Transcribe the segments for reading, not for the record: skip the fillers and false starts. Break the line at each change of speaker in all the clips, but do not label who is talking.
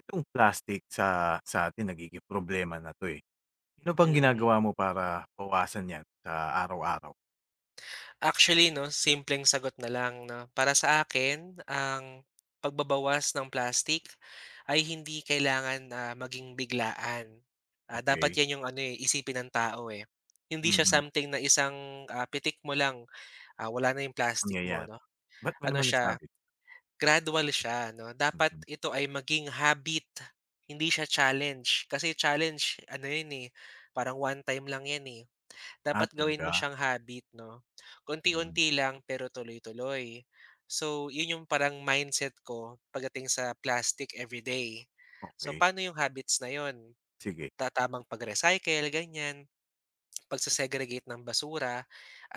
Itong plastic sa atin nagiging problema na 'to, eh. Ano bang
Mm.
ginagawa mo para bawasan 'yan sa araw-araw?
Actually 'no, simpleng sagot na lang 'no. Para sa akin, ang pagbabawas ng plastic ay hindi kailangan, maging biglaan. Dapat
Okey,
'yan yung ano, eh, isipin ng tao, eh. Hindi siya
mm,
something na isang, pitik mo lang, wala na yung plastic mo
pangyayari.
'no.
Ba't mo
Ano
naman
siya,
nasabi?
gradual siya 'no. Dapat
Mm.
ito ay maging habit, hindi siya challenge. Kasi challenge ano 'yan, eh, parang one time lang 'yan, eh.
Ah,
Dapat gawin mo
talaga?
siyang habit 'no, konti
Mm,
unti lang pero tuloy-tuloy. So, 'yun yung parang mindset ko pagdating sa plastic everyday. So,
okey,
paano yung habits na 'yun,
sige.
tamang pag-recycle ganiyan, pagse ng basura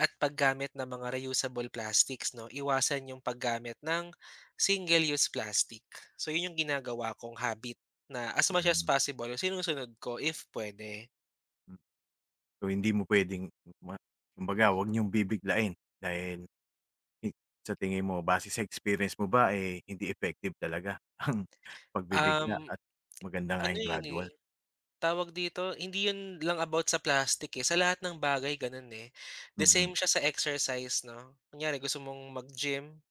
at paggamit ng mga reusable plastics 'no, iwasan yung paggamit ng single-use plastic. So, 'yun yung ginagawa kong habit na as much as
Mm,
possible sinusunod ko if pwede.
hmm. So, hindi mo puwedeng ma kumbaga huwag niyong bibiglain dahil hi sa tingin mo base sa experience mo ba, eh, hindi effective talaga ang pagbibigla
Um,
at maganda nga
Ano
yung
'yun, eh.
gradual.
Tawag dito, hindi 'yun lang about sa plastic, eh, sa lahat ng bagay gano'n, eh. The
Mhm,
same siya sa exercise 'no, kunyari gusto mong mag-gym,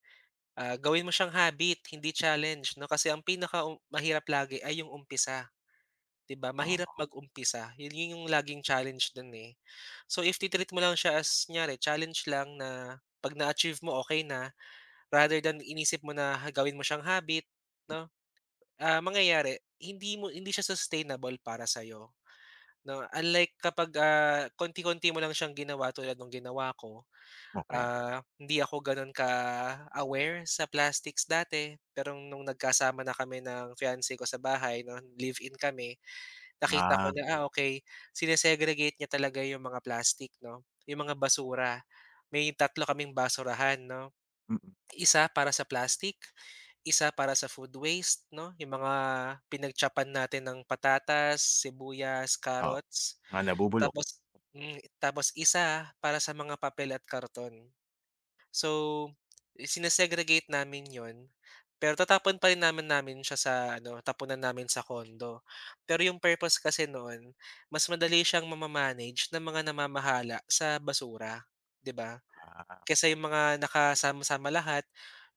gawin mo siyang habit hindi challenge 'no, kasi ang pinaka mahirap lagi ay yung umpisa, 'di ba? Mahirap
oo,
mag-umpisa, 'yun yung laging challenge do'n, eh. So if ti mo lang siya as kunyari challenge lang na 'pag na-achieve mo okay na, rather than inisip mo na ha, gawin mo siyang habit 'no, mangyayari hindi siya sustainable para sa'yo. 'No, unlike kapag, konti-konti mo lang siyang ginawa tulad nung ginawa ko,
okey.
hindi ako gano'n ka-aware sa plastics dati. Pero nung nagkasama na kami ng fiance ko sa bahay 'no, live-in kami, nakita ko
Ah,
na, okay, sinesegregate niya talaga yung mga plastic 'no, yung mga basura. May tatlo kaming basurahan 'no,
mm.
isa para sa plastic, isa para sa food waste 'no, yung mga pinagtyapan natin ng patatas, sibuyas,
Oo,
carrots.
mga nabubulok,
Tapos tapos isa para sa mga papel at karton. So, sine namin yon pero tatapon pa rin naman namin siya sa ano, tapunan namin sa kondo. Pero yung purpose kasi noon, mas madali siyang manage ng mga namamahala sa basura, 'di ba?
ah,
Kaysa yung mga nakasama-sama lahat,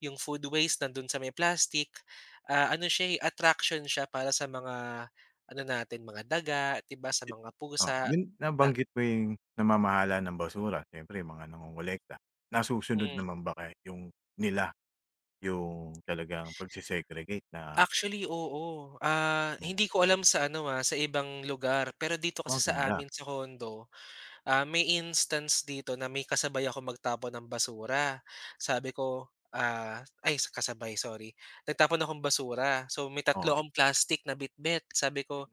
yung food waste nandun sa may plastic, ano siya, eh, attraction siya para sa mga ano natin, mga daga, 'di ba, sa
yu
mga
oo,
pusa
yun
na.
nabanggit mo yung namamahala ng basura siyempre mga nangongolekta. Nasusunod
Hmm.
naman ba kaya yung nila yung talagang pagse-segregate na
Actually, oo.
oh,
Hindi ko alam sa ano, sa ibang lugar, pero dito kasi sa
maganda,
amin sa condo, may instance dito na may kasabay ako magtapon ng basura. Sabi ko, ay kasabay, sorry. Nagtapon akong basura. So may
oo,
tatlo akong plastic na bitbit. Sabi ko,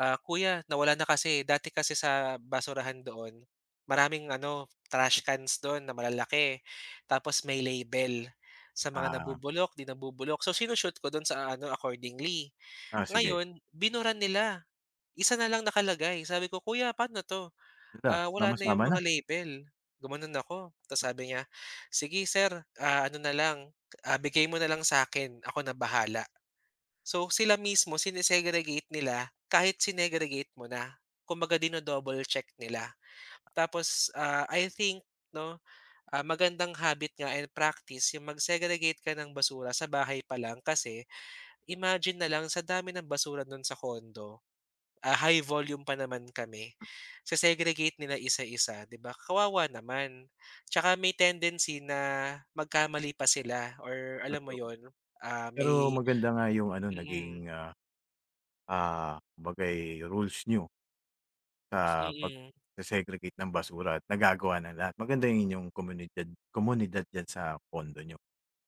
"Kuya nawala na kasi, dati kasi sa basurahan doon, maraming ano, trash cans doon na malalaki, tapos may label sa mga
ah,
nabubulok, 'di nabubulok. So shinu-shoot ko dun sa ano, accordingly.
ah, sige,
Ngayon binura nila, isa na lang nakalagay." Sabi ko, "Kuya paano 'to?
hala
Wala na yung
sama-sama
mga
na
label." Gumanon ako, tapos sabi niya, "Sige sir, ano na lang, bigay mo na lang sa akin, ako na bahala." So, sila mismo sine nila kahit sinegregate mo na. Kumbaga dino-double check nila. Tapos, I think 'no, magandang habit nga and practice yung mag-segregate ka ng basura sa bahay pa lang kasi imagine na lang sa dami ng basura nun sa kondo, high volume pa naman kami, se-segregate nila isa-isa, 'di ba? Kawawa naman. Tsaka may tendency na magkamali pa sila or alam mo
tatlo na.
yon,
Pero
may
maganda nga yung ano
mm,
naging, ah, ah, kumbaga'y rules niyo sa
mm.
pagse-segregate ng basura at nagagawa ng lahat. Maganda yung inyong komunidad komunidad diyan sa pondo niyo.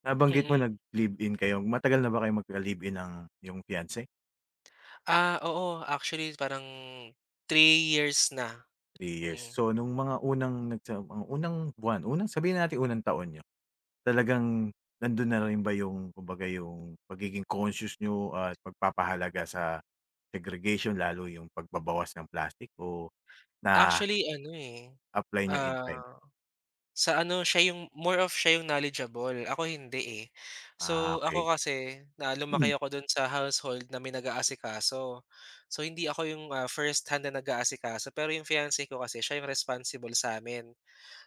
Nabanggit mo
Mm.
nag-live-in kayo, matagal na ba kayo magka-live-in ng yung fiance?
Oo actually parang 3 years na,
3 years.
mm.
So nung mga unang nagsa mga unang buwan, unang sabihin na natin unang taon niyo, talagang nandun na rin ba yung kumbaga yung pagiging conscious niyo at pagpapahalaga sa segregation lalo yung pagbabawas ng plastic o na-apply
Actually ano, eh,
niyo in time?
ah, sa ano siya yung more of siya yung knowledgeable, ako hindi, eh.
Ah,
So,
okay,
ako kasi na lumaki ako dun sa household na may nag-aasikaso. So, hindi ako yung, first hand na nag-aasikaso pero yung fiance ko kasi siya yung responsible sa amin.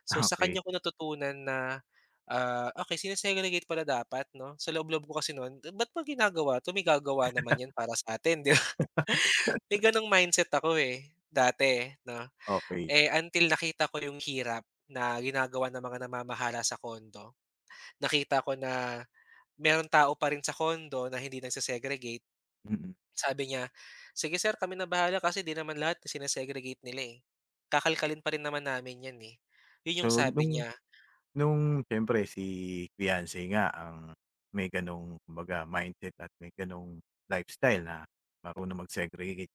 So sa
okay,
kanya ko natutunan na, okey sine-segregate pala dapat 'no? Sa loob-loob ko kasi no'n, ba't mo ginagawa 'to, may gagawa naman 'yan para sa'tin 'di ba? May gano'ng mindset ako, eh, dati 'no.
okey.
Eh, until nakita ko yung hirap na ginagawa ng mga namamahala sa kondo. Nakita ko na meron tao pa rin sa kondo na hindi nagse.
Mm. Mm.
Sabi niya, "Sige sir kami na bahala kasi 'di naman lahat sine nila, eh. Kakalkalin pa rin naman namin 'yan, eh." 'Yun yung
So
sabi niya.
nung siyempre si fiance nga ang may gano'ng kumbaga mindset at may gano'ng lifestyle na marunong mag-segregate.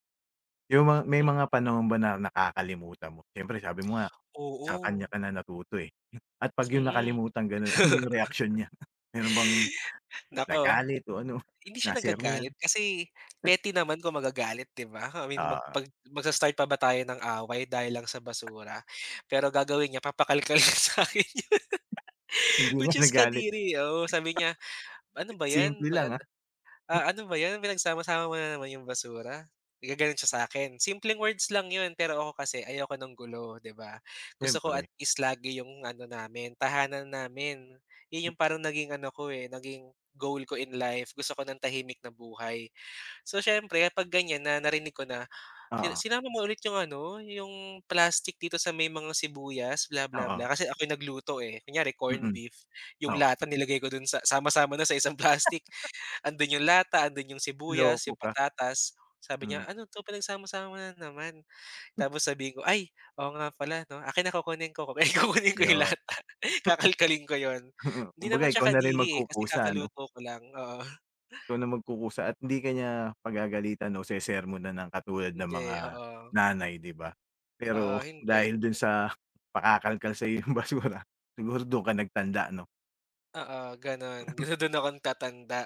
Yung mga may
Hmm,
mga panahon ba na nakakalimutan mo? Siyempre sabi mo nga sa kanya
oo.
ka na natuto, eh. At 'pag yung
Mm.
nakalimutan gano'n, ano yung reaksyon niya? Meron bang
Naku,
nagalit o ano,
hindi siya
nasermonan?
nagagalit kasi petty naman kung magagalit, 'di ba? I mean mag
Oo,
pag magsa-start pa ba tayo ng away dahil lang sa basura? Pero gagawin niya papakalkal niya sa'kin,
hindi nga
which is
nagalit,
kadiri, oo. Sabi niya, "Ano ba 'yan?
simple lang, ah,
Ano ba 'yan, pinagsama-sama mo na naman yung basura." Nagagalit siya sa akin. Simpleng words lang 'yun, pero ako kasi ayoko ng gulo, 'di ba? Gusto ko at
siyempre.
least lagi yung ano namin, tahanan namin. 'Yun yung parang naging ano ko, eh, naging goal ko in life. Gusto ko ng tahimik na buhay. So, siyempre 'pag ganiyan na narinig ko na, si
Oo,
"Sinama mo ulit yung ano, yung plastic dito sa may mga sibuyas, bla bla
oo,
bla." Kasi ako yung nagluto, eh. Kunyari corned
mm,
beef, yung
okey.
lata nilagay ko dun sa sama-sama na sa isang plastic. Andun yung lata, andun yung sibuyas,
Loko
yung
ka,
patatas. Sabi
hmm,
niya, "Ano 'to pinagsama-sama na naman." Tapos sabihin ko, "Ay, oo nga pala 'no, akin na kukunin ko." Eh, kukunin ko yung
'yun,
lata, kakalkalin ko yon. Hindi
kumbaga
naman siya
ikaw na rin
kadiri, eh, kasi
magkukusa ano?
kakaluto ko lang, oo.
Ikaw na magkukusa at hindi ka niya pagagalitan o sesermonan ng katulad ng
Hindi,
mga
oo.
nanay, 'di ba?
Oo,
Pero
hindi.
dahil dun sa pakakalkal sa'yo yung basura, siguro dun ka nagtanda 'no?
Oo, ganun. Dun ako nagtatanda.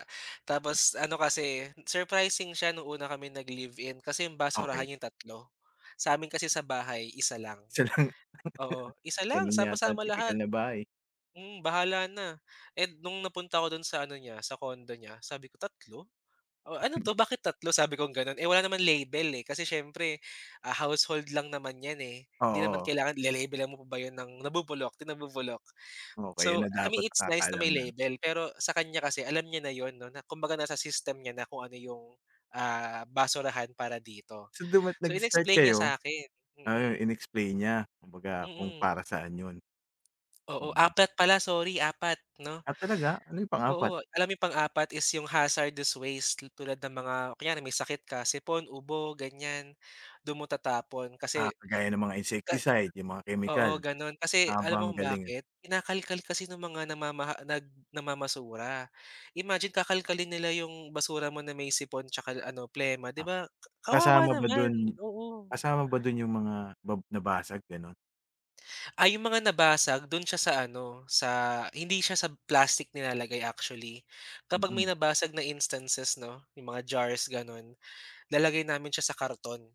Tapos ano kasi, surprising siya nung una kami nag-live-in kasi yung
Okey,
basurahan yung tatlo, sa amin kasi sa bahay, isa lang.
isa lang
Oo, isa lang,
ganun yata ang
sama-sama lahat.
tipikal na bahay.
Hmm, bahala na. And nung napunta ako dun sa ano niya, sa condo niya, sabi ko, "Tatlo? O ano 'to, bakit tatlo?" Sabi ko gano'n. Eh, wala naman label, eh, kasi siyempre, household lang naman 'yan, eh. Hindi naman
Oo,
kailangan le mo pa ba 'yun ng nabubulok, 'di nabubulok.
okey yun
So,
na
I mean,
dapat
it's nice na
nakakaalam
may
na.
label, pero sa kanya kasi alam niya na 'yun 'no, na kumbaga nasa system niya na kung ano yung, basurahan para dito.
So duma't
So,
nag-start
inexplain niya
kayo,
sa'kin, mm,
ayun inexplain niya kumbaga kung
mm.
para saan yun,
Oo,
mm.
apat pala, sorry, apat 'no.
At talaga? Ano yung pang-apat?
Oo, alam mo yung pang-apat is yung hazardous waste tulad ng mga kunyari may sakit ka, sipon, ubo, ganyan, dun mo tatapon
Ah,
kasi
kagaya ng mga
ka
insecticide, yung mga kemikal.
oo, ganun. Kasi
Aba,
alam mo
ang
kung
galing, ah.
bakit? Kinakalkal kasi ng mga namamaha nag namamasura. Imagine kakalkalin nila yung basura mo na may sipon tsaka ano, plema, 'di ba? Kawawa
Kasama ba
naman,
dun
oo.
Kasama ba dun yung mga bab nabasag gano'n?
Ay yung mga nabasag dun siya sa ano, sa hindi siya sa plastic nilalagay actually. Kapag may
Mm,
nabasag na instances 'no, yung mga jars, ganun, lalagay namin siya sa karton,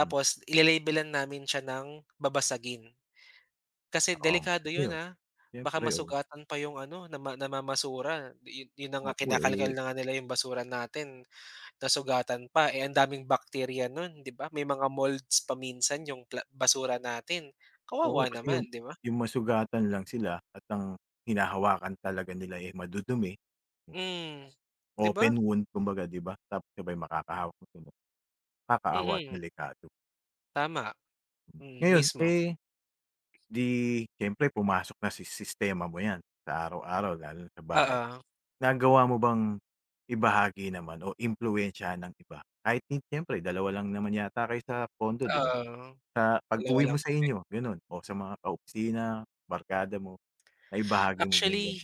hmm.
ile namin siya ng babasagin. Kasi
Oo,
delikado
maganda
'yun,
yun.
baka
Siyempre, oo.
masugatan pa 'yung ano namamasura, 'yun na nga
Oo,
kinakalkal
eh,
na nga nila 'yung basura natin, nasugatan pa, eh, ang daming bakterya nun 'di ba, may mga molds pa minsan 'yung pla basura natin,
oo
kawawa
kasi
naman 'di ba?
yung masugatan lang sila at ang hinahawakan talaga nila, eh, madudumi,
Hmm, 'di ba?
open wound kumbaga 'di ba? Tapos sabay makakahawak sila nakakaawa at
Mm,
delikado.
tama, mm,
Ngayon,
mismo.
eh, 'di siyempre pumasok na sa sistema mo 'yan sa araw-araw lalo na sa bahay.
Oo,
Nagawa mo bang ibahagi naman o impluwensyahan ng iba? Kahit hin siyempre dalawa lang naman yata kayo sa condo 'di ba?
oo,
Sa
dalawa
pag-uwi mo
lang.
sa inyo, gano'n o sa mga ka-opisina, barkada mo, naibahagi mo ba yung gano'n?
Actually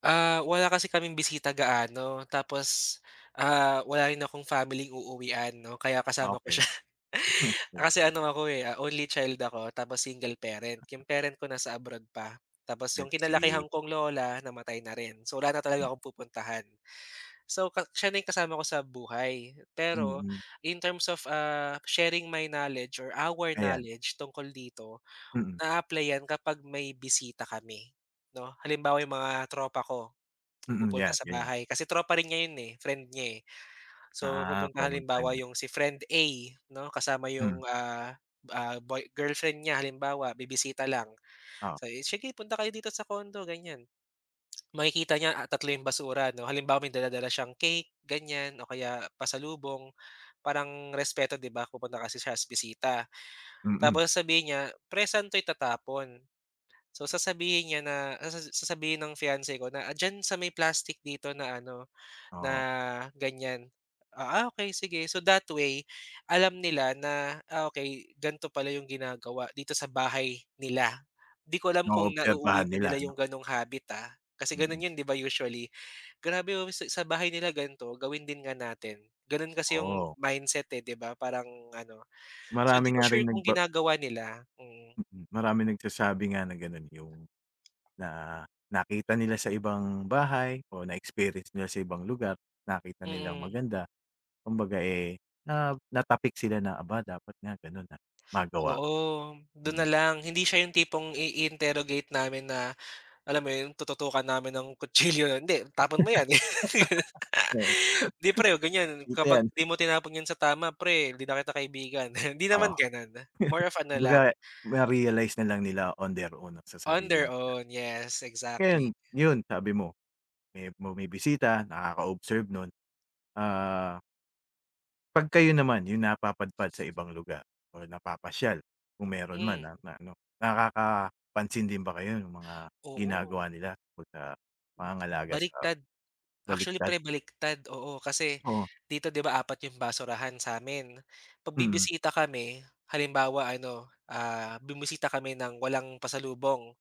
Wala kasi kaming bisita gaano tapos, wala rin akong family uuwian 'no, kaya
Ah,
kasama ko
okey.
siya.
Okey,
Kasi ano ako, eh, only child ako tapos single parent, yung parent ko nasa abroad pa. Tapos
I
yung
see.
kinalakihan kong lola namatay na rin, so wala na
Hmm,
talaga akong pupuntahan. So ka siya na yung kasama ko sa buhay. Pero
mm,
in terms of, sharing my knowledge or our
ayan,
knowledge tungkol dito,
mm,
na apply 'yan kapag may bisita kami 'no. Halimbawa yung mga tropa ko yung
mm,
pupunta
'yan,
sa
ganyan.
bahay kasi tropa rin niya yun, eh, friend niya, eh. So,
Ah,
pupunta
common
halimbawa
friend.
yung si friend A 'no, kasama
Hmm,
yung, boy girlfriend niya halimbawa bibisita lang.
oo,
So, eh, "Sige punta kayo dito sa condo," ganyan. Makikita niya, 3 yung basura 'no, halimbawa may dala-dala siyang cake ganyan o kaya pasalubong, parang respeto 'di ba, pupunta kasi siya as bisita.
mm,
Tapos sasabihin niya, "Pre saan 'to itatapon?" So, sasabihin niya na sasabihin ng fiance ko na, "Ah, diyan sa may plastic dito na ano, na
oo,
ganyan. Okey sige." So that way, alam nila na, okey gan'to pala yung ginagawa dito sa bahay nila. 'Di ko alam kung nauuwi
naoobserbahan
ba
nila
nila
'no?
yung gano'ng habit, kasi
Mm,
gano'n yun 'di ba usually. Grabe oh, sa bahay nila gan'to, gawin din nga natin. Gano'n kasi yung
oo,
mindset, eh, 'di ba parang ano. So
marami
hindi ko
nga
sure
rin
kung
nagba
ginagawa nila, mm.
mm, maraming nagsasabi nga na gano'n yung Na nakita nila sa ibang bahay o na-experience nila sa ibang lugar, nakita nilang
Mm,
maganda. Kumbaga, eh, na natapik sila na, "Aba, dapat nga gano'n na magawa."
oo. Dun na
Mm.
lang, hindi siya yung tipong i-interrogate namin na, alam mo yun, tututukan namin ng kutsilyo, "Hindi, tapon mo yan."
Oo,
"Hindi pre, huwag ganyan,
dito
kapag
'yan,
'di mo tinapon yan sa tama pre, hindi na kita kaibigan." Hindi
oo.
naman gano'n, more of ano
Kumbaga,
lang,
ma-realize na lang nila on their own sa
on
sarili
their
nila.
own, yes,
Ngayon,
exactly.
'yun sabi mo- may bumibisita, nakaka-observe nun, ah 'Pag kayo naman yung napapadpad sa ibang lugar or napapasyal kung meron man
Hmm,
na na ano, nakakapansin din ba kayo ng mga
oo,
ginagawa nila tungkol sa pangangalaga sa
baliktad. Actually
baliktad?
pre baliktad, oo. Kasi
Oo,
dito 'di ba apat yung basurahan sa'min. 'Pag
mm,
bibisita kami, halimbawa ano, bumisita kami ng walang pasalubong,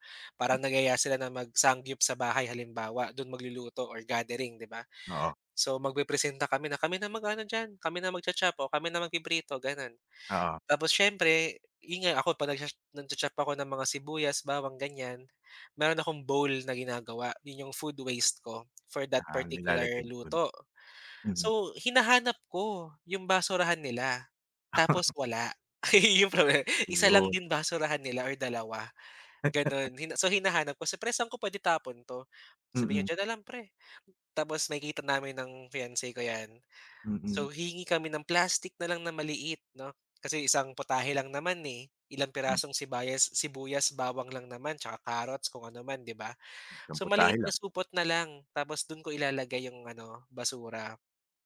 m
parang nagyaya sila na mag-Samgyup sa bahay halimbawa, dun magluluto or gathering 'di ba.
oo,
So, magpepresenta kami na, "Kami na mag-ano diyan, kami na magcha-chop o kami na magpiprito," ganun.
oo,
Tapos siyempre, yun nga ako 'pag nagsha-ch chop ako ng mga sibuyas, bawang, ganyan, meron akong bowl na ginagawa. Yun yung food waste ko for that
ah,
particular
nilalagay mo dun
luto.
mm.
So, hinahanap ko yung basurahan nila, tapos wala. Yung problema isa lang
Iyon.
din basurahan nila or dalawa, gano'n. So, hinahanap ko, "Siyempre, saan ko puwede tapon 'to?" Sabi niya,
Mm,
"Diyan na lang pre." Tapos makikita namin ng fiance ko 'yan. So,
mm,
hihingi kami ng plastic na lang na maliit 'no, kasi isang putahe lang naman, eh, ilang
mm,
pirasong sibuyas, bawang lang naman, tsaka carrots kung ano man, 'di ba?
isang
So,
putahe
maliit na
lang,
supot na lang tapos dun ko ilalagay yung ano, basura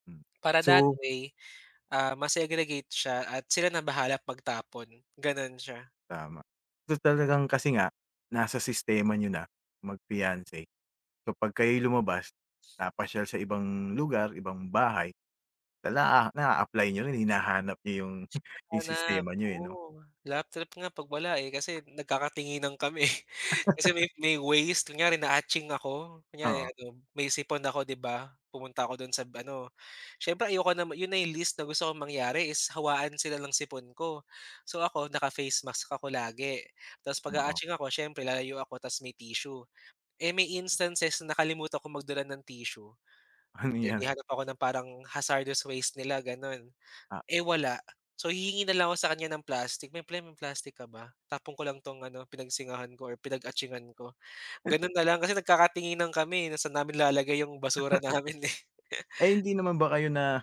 hmm.
para that
So
way, ma-segregate siya at sila na bahala magtapon, gano'n siya.
tama. So talagang kasi nga nasa sistema niyo na mag-fiancé, so 'pag kayo'y lumabas, napasyal sa ibang lugar, ibang bahay Ala, naa-apply niyo rin, hinahanap niyo yung yung
Hanap,
sistema niyo, eh, 'no?
oo. Lap trip nga 'pag wala, eh, kasi nagkakatinginan kami, eh. Kasi may ways kunyari na-atching ako, kunyari
Oo,
ano, may sipon ako 'di ba, pumunta ako don sa ano, siyempre ayoko na yun na yung least na gusto kong mangyari is hawaan sila ng sipon ko. So ako, naka-face mask ako lagi, ta's 'pag
oo.
a-atching ako siyempre lalayo ako ta's may tissue. Eh, may instances na nakalimutan kong magdala ng tissue,
Ano
'di
yan,
hanap ako ng parang hazardous waste nila gano'n.
ah,
Eh, wala. So, hihingi na lang ako sa kanya ng plastic, "May plastic ka ba? Tapon ko lang 'tong ano, pinagsingahan ko or pinag-atsingan ko." Gano'n na lang kasi nagkakatinginan kami, eh, na saan namin lalagay yung basura namin, eh.
eh, hindi naman ba kayo na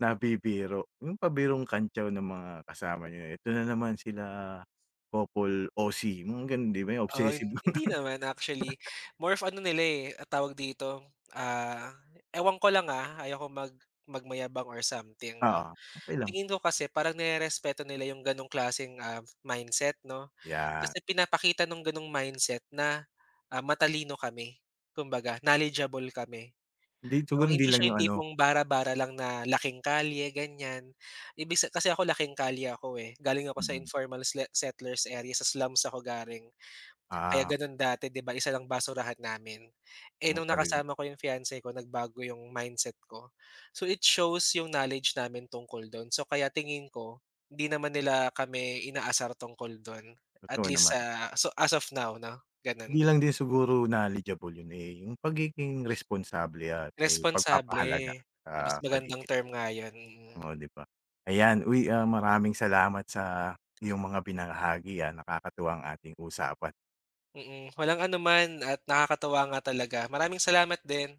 nabibiro, yung pabirong kantyaw ng mga kasama niyo, "Eto na naman sila couple OC," mga gano'n, 'di ba, yung
Oo, hin
obsessive.
hindi naman actually, more of ano nila, eh, tawag dito, ah, ewan ko lang, ayokong magmayabang or something 'no.
Oo, okey lang.
Tingin ko kasi parang nirerespeto nila yung ganong klaseng, mindset 'no.
Yan,
Kasi pinapakita nung ganong mindset na, matalino kami, kumbaga knowledgeable kami.
hindi
So,
siguro hindi
hindi
lang
siya yung
yung ano
tipong bara-bara lang na laking kalye ganyan. Ibig sa kasi ako laking kalye ako, eh, galing ako sa
mm.
informal sle settlers area, sa slums ako galing. Kaya
Ah,
gano'n dati 'di ba isa lang basurahan namin. Eh,
oo,
nung
talagang
nakasama ko yung fiance ko nagbago yung mindset ko. So it shows yung knowledge namin tungkol dun. So kaya tingin ko, hindi naman nila kami inaasar tungkol dun. At
totoo
least
naman.
sa so as of now 'no, ganun.
Hindi lang din siguro knowledgeable yun, eh, yung pagiging responsable at may
Responsable,
pagpapahalaga
mas
sa
magandang
paligid.
term nga yun, mm.
Oo, 'di ba? Ayan, uy, ah, maraming salamat sa iyong mga binahagi, ah, nakakatuwa ating usapan.
Mm, walang anuman at nakakatuwa nga talaga. Maraming salamat din.